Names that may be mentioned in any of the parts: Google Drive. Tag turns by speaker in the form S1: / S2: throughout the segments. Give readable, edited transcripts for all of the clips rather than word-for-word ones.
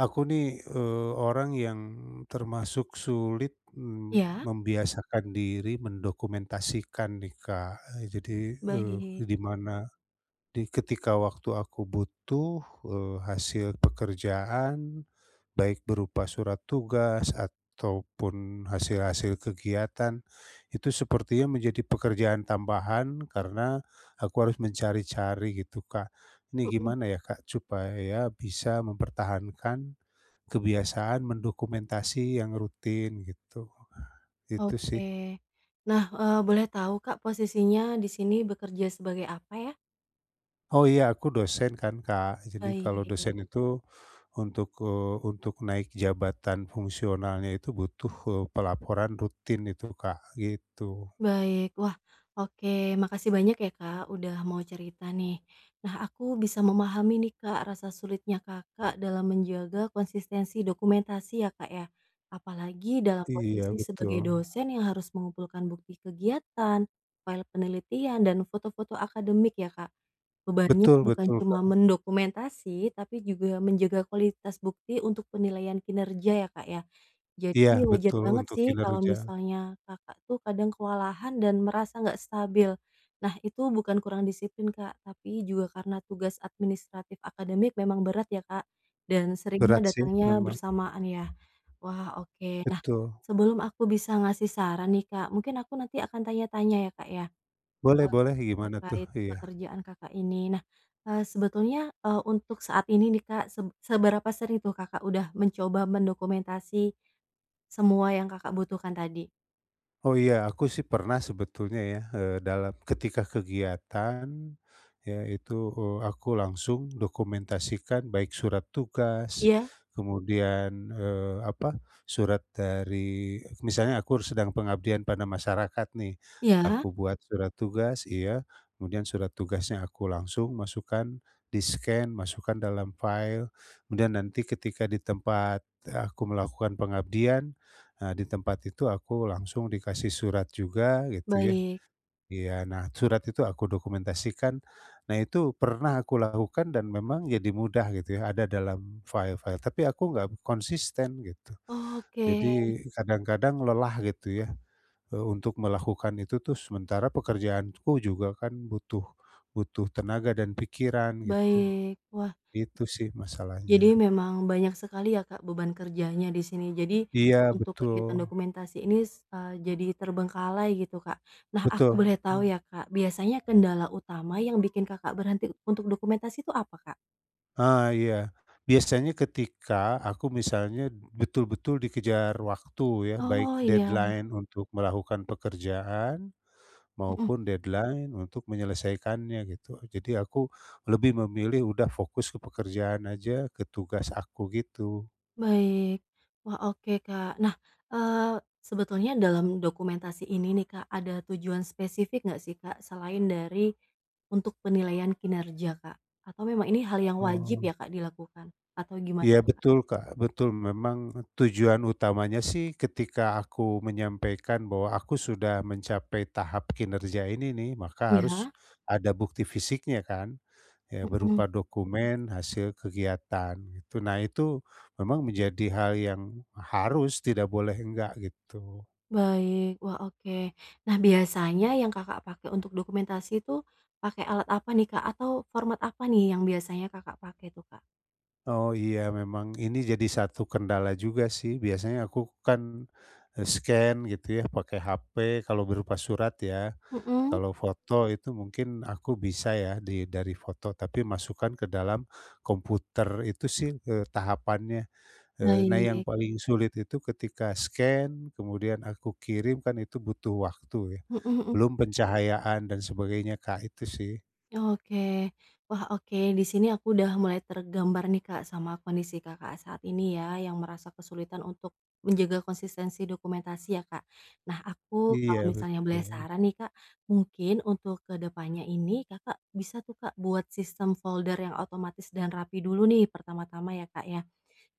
S1: Aku nih, orang yang termasuk sulit,
S2: Iya,
S1: membiasakan diri mendokumentasikan nih, Kak. Jadi,
S2: baik.
S1: di mana di ketika waktu aku butuh, hasil pekerjaan, baik berupa surat tugas ataupun hasil-hasil kegiatan, itu sepertinya menjadi pekerjaan tambahan karena aku harus mencari-cari gitu, Kak. Ini
S2: Mhm.
S1: gimana ya, Kak, supaya bisa mempertahankan kebiasaan mendokumentasi yang rutin gitu, itu
S2: Oke.
S1: sih.
S2: Nah, boleh tahu Kak posisinya di sini bekerja sebagai apa ya?
S1: Oh, iya, aku dosen kan, Kak, jadi kalau
S2: Baik.
S1: dosen itu untuk naik jabatan fungsionalnya itu butuh, pelaporan rutin itu, Kak, gitu.
S2: Baik. Wah, oke. Makasih banyak ya, Kak, udah mau cerita nih. Nah, aku bisa memahami nih, Kak, rasa sulitnya Kakak dalam menjaga konsistensi dokumentasi ya, Kak, ya. Apalagi dalam
S1: Iya,
S2: posisi
S1: betul.
S2: sebagai dosen yang harus mengumpulkan bukti kegiatan, file penelitian, dan foto-foto akademik ya, Kak. Bebannya
S1: Betul
S2: bukan
S1: betul,
S2: cuma
S1: Kak,
S2: mendokumentasi, tapi juga menjaga kualitas bukti untuk penilaian kinerja ya, Kak, ya. Jadi
S1: iya
S2: wajar
S1: betul
S2: banget
S1: untuk
S2: sih kalau
S1: kinerja.
S2: misalnya Kakak tuh kadang kewalahan dan merasa nggak stabil. Nah, itu bukan kurang disiplin Kak, tapi juga karena tugas administratif akademik memang berat ya Kak, dan seringnya
S1: Berat sih
S2: datangnya
S1: memang,
S2: bersamaan ya. Wah, oke. Nah,
S1: betul.
S2: sebelum aku bisa ngasih saran nih Kak, mungkin aku nanti akan tanya-tanya ya Kak ya,
S1: Boleh
S2: eee,
S1: boleh, gimana tuh?
S2: terkait
S1: Iya.
S2: pekerjaan Kakak ini. Nah, sebetulnya, untuk saat ini nih Kak, seberapa sering tuh Kakak udah mencoba mendokumentasi semua yang Kakak butuhkan tadi?
S1: Oh, iya, aku sih pernah sebetulnya ya, dalam ketika kegiatan, ya itu, aku langsung dokumentasikan baik surat tugas,
S2: Iya?
S1: kemudian, apa, surat dari misalnya aku sedang pengabdian pada masyarakat nih,
S2: Iya?
S1: aku buat surat tugas, iya, kemudian surat tugasnya aku langsung masukkan, di-scan, masukkan dalam file, kemudian nanti ketika di tempat aku melakukan pengabdian, nah, di tempat itu aku langsung dikasih surat juga gitu ya.
S2: Baik.
S1: Iya, nah surat itu aku dokumentasikan. Nah, itu pernah aku lakukan dan memang jadi mudah gitu ya, ada dalam file-file, tapi aku nggak konsisten gitu.
S2: Oke,
S1: Jadi kadang-kadang lelah gitu ya, untuk melakukan itu tuh sementara pekerjaanku juga kan butuh butuh tenaga dan pikiran gitu.
S2: baik. Wah,
S1: Itu sih
S2: jadi
S1: masalahnya.
S2: memang banyak sekali ya, Kak, beban kerjanya di sini. Jadi
S1: Iya
S2: untuk kegiatan
S1: betul,
S2: dokumentasi ini jadi terbengkalai gitu, Kak. Nah, aku
S1: betul.
S2: boleh tahu ya, Kak, biasanya kendala utama yang bikin Kakak berhenti untuk dokumentasi itu apa, Kak?
S1: Ah, iya. Biasanya ketika aku misalnya betul-betul dikejar waktu ya, baik
S2: Oh, iya.
S1: deadline untuk melakukan pekerjaan
S2: Mhm.
S1: maupun deadline untuk menyelesaikannya gitu. Jadi aku lebih memilih udah fokus ke pekerjaan aja, ke tugas aku gitu.
S2: Baik. Wah, oke, Kak. Nah, eee, sebetulnya dalam dokumentasi ini nih, Kak, ada tujuan spesifik nggak sih, Kak, selain dari untuk penilaian kinerja, Kak? Atau memang ini hal yang wajib
S1: Oh.
S2: ya, Kak, dilakukan? Atau gimana
S1: Iya
S2: tuh, Kak?
S1: betul, Kak, betul memang tujuan utamanya sih ketika aku menyampaikan bahwa aku sudah mencapai tahap kinerja ini nih, maka harus
S2: Ya.
S1: ada bukti fisiknya kan. Ya
S2: Mhm.
S1: berupa dokumen hasil kegiatan gitu. Nah, itu memang menjadi hal yang harus, tidak boleh enggak gitu.
S2: Baik. Wah, oke. Nah, biasanya yang Kakak pakai untuk dokumentasi itu pakai alat apa nih, Kak? Atau format apa nih yang biasanya Kakak pakai tuh, Kak?
S1: Oh, iya, memang ini jadi satu kendala juga sih, biasanya aku kan, scan gitu ya pakai HP kalau berupa surat ya,
S2: Mhm.
S1: kalau foto itu mungkin aku bisa ya dari foto tapi masukkan ke dalam komputer itu sih, tahapannya. Nah, yang
S2: Baik.
S1: paling sulit itu ketika scan, kemudian aku kirim kan itu butuh waktu ya,
S2: Mhm mhm.
S1: belum pencahayaan dan sebagainya, Kak, itu sih.
S2: Oke. Wah, oke, di sini aku udah mulai tergambar nih, Kak, sama kondisi Kakak saat ini ya, yang merasa kesulitan untuk menjaga konsistensi dokumentasi ya, Kak. Nah, aku kalau
S1: Iya,
S2: misalnya boleh
S1: betul.
S2: saran nih, Kak, mungkin untuk kedepannya ini Kakak bisa tuh, Kak, buat sistem folder yang otomatis dan rapi dulu nih pertama-tama ya, Kak, ya.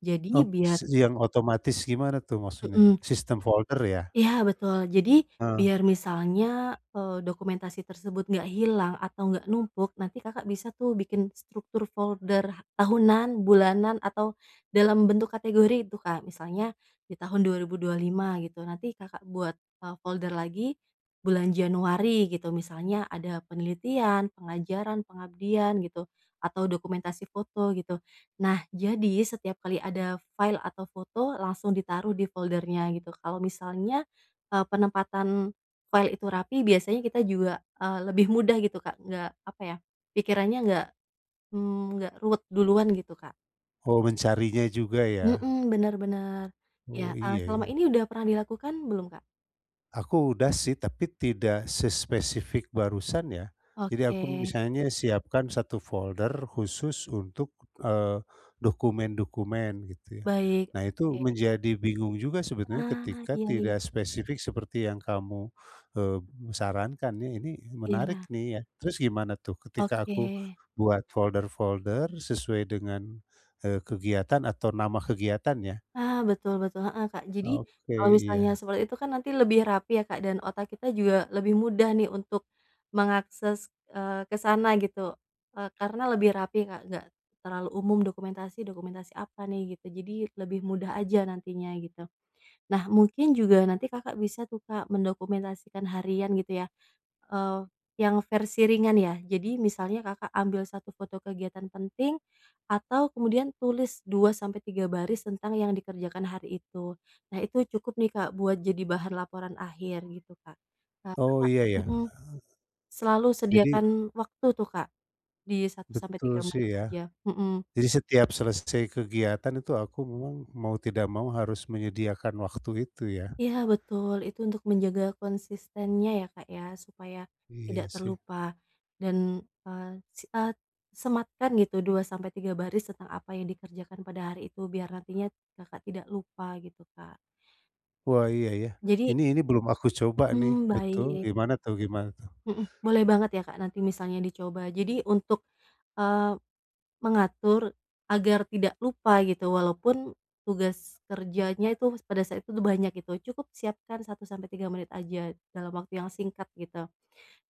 S2: Jadi
S1: Oh,
S2: biar.
S1: yang otomatis gimana tuh maksudnya?
S2: Mhm.
S1: Sistem folder ya?
S2: Iya, betul. Jadi
S1: Heeh.
S2: biar misalnya, dokumentasi tersebut nggak hilang atau nggak numpuk, nanti Kakak bisa tuh bikin struktur folder tahunan, bulanan, atau dalam bentuk kategori itu, Kak. Misalnya di tahun 2025 gitu, nanti Kakak buat, folder lagi bulan Januari gitu, misalnya ada penelitian, pengajaran, pengabdian gitu, atau dokumentasi foto gitu. Nah, jadi setiap kali ada file atau foto langsung ditaruh di foldernya gitu. Kalau misalnya penempatan koil itu rapi biasanya kita juga, lebih mudah gitu Kak, nggak apa ya, pikirannya nggak, mmm, nggak ruwet duluan gitu Kak.
S1: Oh, mencarinya juga ya?
S2: Mhm, bener bener. Ya,
S1: Oh, iya
S2: selama
S1: ya.
S2: ini udah pernah dilakukan belum Kak?
S1: Aku udah sih, tapi tidak sespesifik barusan ya. Jadi
S2: Oke,
S1: aku misalnya siapkan satu folder khusus untuk, eee, dokumen-dokumen gitu ya.
S2: baik,
S1: Nah, itu
S2: oke.
S1: menjadi bingung juga sebetulnya
S2: Ah,
S1: ketika
S2: iya iya
S1: tidak spesifik seperti yang kamu, eee, sarankan ya, ini menarik
S2: iya,
S1: nih ya. Terus gimana tuh ketika
S2: oke.
S1: aku buat folder-folder sesuai dengan, kegiatan atau nama kegiatan ya?
S2: Ah, betul betul, heeh, Kak. Jadi,
S1: Oke,
S2: kalau
S1: iya.
S2: misalnya seperti itu kan nanti lebih rapi ya, Kak, dan otak kita juga lebih mudah nih untuk mengakses, ke sana gitu, karena lebih rapi, Kak, nggak terlalu umum dokumentasi dokumentasi apa nih gitu, jadi lebih mudah aja nantinya gitu. Nah, mungkin juga nanti Kakak bisa tuh, Kak, mendokumentasikan harian gitu ya, Eee, yang versi ringan ya? Jadi misalnya Kakak ambil satu foto kegiatan penting, atau kemudian tulis 2 sampai 3 baris tentang yang dikerjakan hari itu. Nah, itu cukup nih Kak buat jadi bahan laporan akhir gitu Kak. Nah,
S1: Oh,
S2: Kakak,
S1: iya ya.
S2: mhm, selalu
S1: Jadi
S2: sediakan waktu tuh Kak, di satu sampai
S1: betul
S2: tiga
S1: sih
S2: menit
S1: ya.
S2: aja. Mhm.
S1: Jadi setiap selesai kegiatan itu aku memang mau tidak mau harus menyediakan waktu itu ya.
S2: Iya betul, itu untuk menjaga konsistennya ya Kak ya, supaya tidak
S1: Iya sih.
S2: terlupa dan, eee, si eee, sematkan gitu 2 sampai 3 baris tentang apa yang dikerjakan pada hari itu biar nantinya Kakak tidak lupa gitu Kak.
S1: Wah, iya ya.
S2: Jadi,
S1: Ini belum aku coba nih, betul.
S2: baik,
S1: Gimana tuh, gimana tuh?
S2: mhm, boleh banget ya Kak nanti misalnya dicoba. Jadi untuk, eee, mengatur agar tidak lupa gitu walaupun tugas kerjanya itu pada saat itu tuh banyak gitu, cukup siapkan 1 sampai 3 menit aja dalam waktu yang singkat gitu.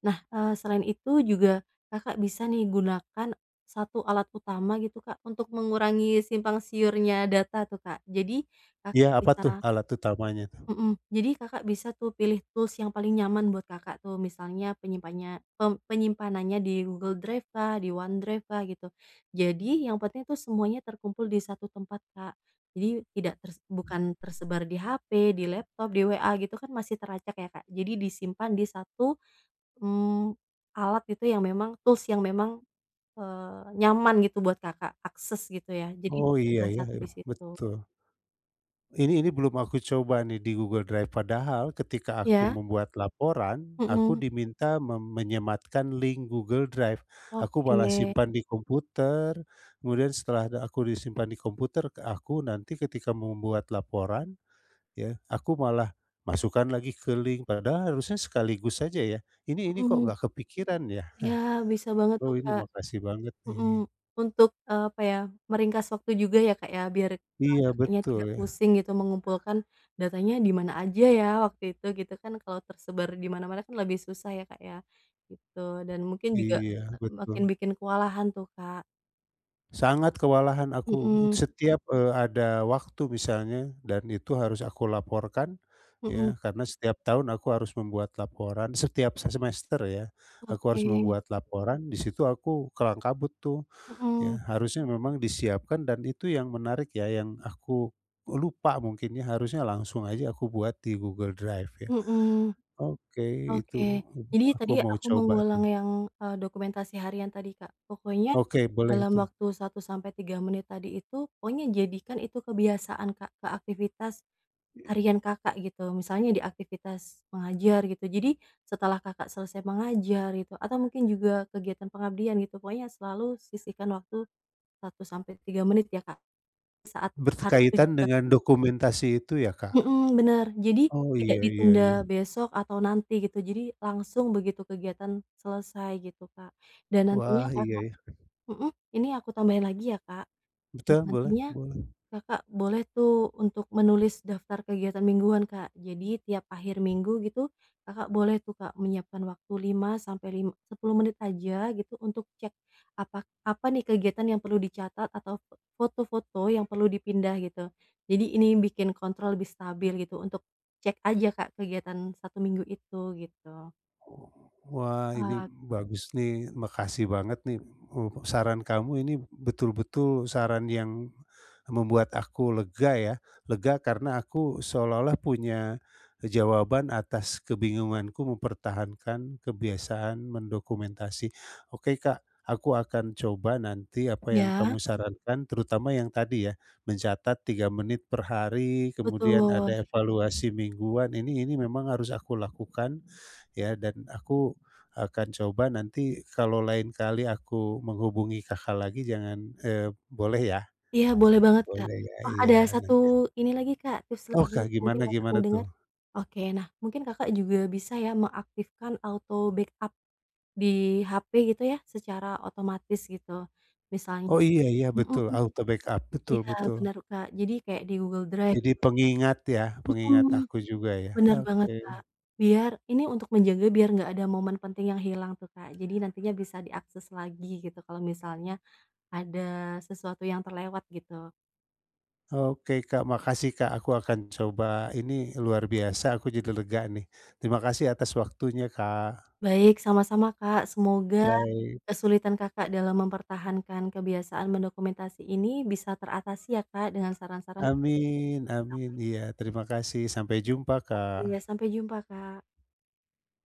S2: Nah, selain itu juga Kakak bisa nih gunakan satu alat utama gitu, Kak, untuk mengurangi simpang siurnya data tuh, Kak.
S1: Iya,
S2: Kakak
S1: apa
S2: bisa
S1: tuh alat utamanya tuh?
S2: mhm, jadi Kakak bisa tuh pilih tools yang paling nyaman buat Kakak tuh, misalnya penyimpannya pem penyimpanannya di Google Drive kah, di OneDrive kah, gitu. Jadi yang penting tuh semuanya terkumpul di satu tempat, Kak. Jadi tidak ters bukan tersebar di HP, di laptop, di WA gitu kan masih teracak ya, Kak. Jadi disimpan di satu Mmm, alat itu yang memang tools yang memang, nyaman gitu buat Kakak akses gitu ya, jadi
S1: Oh, iya
S2: dijadikan
S1: ya,
S2: satu
S1: iya,
S2: di situ.
S1: betul. Ini belum aku coba nih di Google Drive, padahal ketika aku
S2: Iya?
S1: membuat laporan, aku
S2: Mhm.
S1: diminta menyematkan link Google Drive. Aku malah
S2: Oke.
S1: simpan di komputer, kemudian setelah aku disimpan di komputer, aku nanti ketika membuat laporan ya, aku malah masukkan lagi ke link, padahal harusnya sekaligus saja ya. Ini kok
S2: Mhm.
S1: nggak kepikiran ya?
S2: Iya, bisa banget tuh
S1: Oh, ini
S2: Kak.
S1: makasih banget
S2: mhm,
S1: nih.
S2: untuk, apa ya, meringkas waktu juga ya Kak ya, biar,
S1: Iya
S2: Kakaknya
S1: betul
S2: tidak
S1: ya,
S2: pusing gitu mengumpulkan datanya di mana aja ya waktu itu gitu kan, kalau tersebar di mana-mana kan lebih susah ya Kak ya, gitu dan mungkin juga,
S1: iya betul.
S2: makin bikin kewalahan tuh Kak.
S1: Sangat kewalahan aku
S2: Mhm
S1: setiap, ada waktu misalnya dan itu harus aku laporkan
S2: mhm.
S1: ya, karena setiap tahun aku harus membuat laporan setiap semester ya, aku harus
S2: Oke.
S1: membuat laporan di situ, aku kelang kabut tuh
S2: Mhm
S1: ya, harusnya memang disiapkan dan itu yang menarik ya, yang aku lupa mungkin ya, harusnya langsung aja aku buat di Google Drive ya.
S2: mhm.
S1: Oke, itu
S2: Oke. Jadi
S1: aku
S2: tadi
S1: mau
S2: aku
S1: coba tuh.
S2: mengulang yang, dokumentasi harian tadi, Kak. Pokoknya
S1: Oke, boleh
S2: dalam
S1: itu.
S2: waktu 1 sampai 3 menit tadi itu, pokoknya jadikan itu kebiasaan, Kak, ke aktivitas harian Kakak gitu, misalnya di aktivitas mengajar gitu. Jadi setelah Kakak selesai mengajar gitu, atau mungkin juga kegiatan pengabdian gitu, pokoknya selalu sisihkan waktu 1 sampai 3 menit ya, Kak, hari itu
S1: Berkaitan
S2: juga.
S1: dengan dokumentasi itu ya, Kak?
S2: Mhm, bener. Jadi
S1: Oh,
S2: tidak
S1: iya iya
S2: ditunda
S1: iya.
S2: besok atau nanti gitu, jadi langsung begitu kegiatan selesai gitu, Kak. Dan nantinya
S1: Wah, iya
S2: Kakak,
S1: iya.
S2: mhm, ini aku tambahin lagi ya, Kak, dan
S1: Betul, boleh
S2: nantinya
S1: boleh.
S2: Kakak boleh tuh untuk menulis daftar kegiatan mingguan, Kak. Jadi tiap akhir minggu gitu, Kakak boleh tuh, Kak, menyiapkan waktu 5 sampai sepuluh menit aja gitu untuk cek apa apa nih kegiatan yang perlu dicatat atau foto-foto yang perlu dipindah gitu. Jadi ini bikin kontrol lebih stabil gitu untuk cek aja, Kak, kegiatan satu minggu itu gitu.
S1: Wah, ini
S2: Eee,
S1: bagus nih, makasih banget nih, saran kamu ini betul-betul saran yang membuat aku lega ya, lega karena aku seolah-olah punya jawaban atas kebingunganku mempertahankan kebiasaan mendokumentasi. Oke, Kak, aku akan coba nanti apa yang
S2: iya,
S1: kamu sarankan, terutama yang tadi ya, mencatat 3 menit per hari, kemudian
S2: betul.
S1: ada evaluasi mingguan, ini memang harus aku lakukan ya, dan aku akan coba nanti kalau lain kali aku menghubungi Kakak lagi, jangan, eee, boleh ya?
S2: Iya, boleh banget, Kak.
S1: Boleh ya?
S2: Oh, ada
S1: Iya,
S2: satu
S1: nanti.
S2: ini lagi, Kak, tips
S1: Oh,
S2: lagi,
S1: Kak,
S2: mungkin
S1: gimana
S2: Kakak
S1: gimana
S2: mau dengar?
S1: tuh?
S2: Oke, nah, mungkin Kakak juga bisa ya mengaktifkan auto backup di HP gitu ya, secara otomatis gitu. Misalnya.
S1: Oh, iya iya
S2: Mhm.
S1: betul, auto backup, betul
S2: Iya,
S1: betul.
S2: bener, Kak. Jadi kayak di Google Drive.
S1: Jadi pengingat ya, pengingat
S2: Mhm.
S1: aku juga ya?
S2: Bener banget, Kak.
S1: Oke.
S2: Biar ini untuk menjaga biar nggak ada momen penting yang hilang tuh, Kak. Jadi nantinya bisa diakses lagi gitu kalau misalnya ada sesuatu yang terlewat gitu.
S1: Oke, Kak, makasih Kak, aku akan coba ini. Luar biasa, aku jadi lega nih. Terima kasih atas waktunya, Kak.
S2: Baik, sama-sama, Kak. Semoga
S1: Baik.
S2: kesulitan Kakak dalam mempertahankan kebiasaan mendokumentasi ini bisa teratasi ya Kak dengan saran-saran yang
S1: Amin
S2: tadi Kakak
S1: amin, iya terima kasih, sampai jumpa, Kak.
S2: pakai. Sampai jumpa Kak.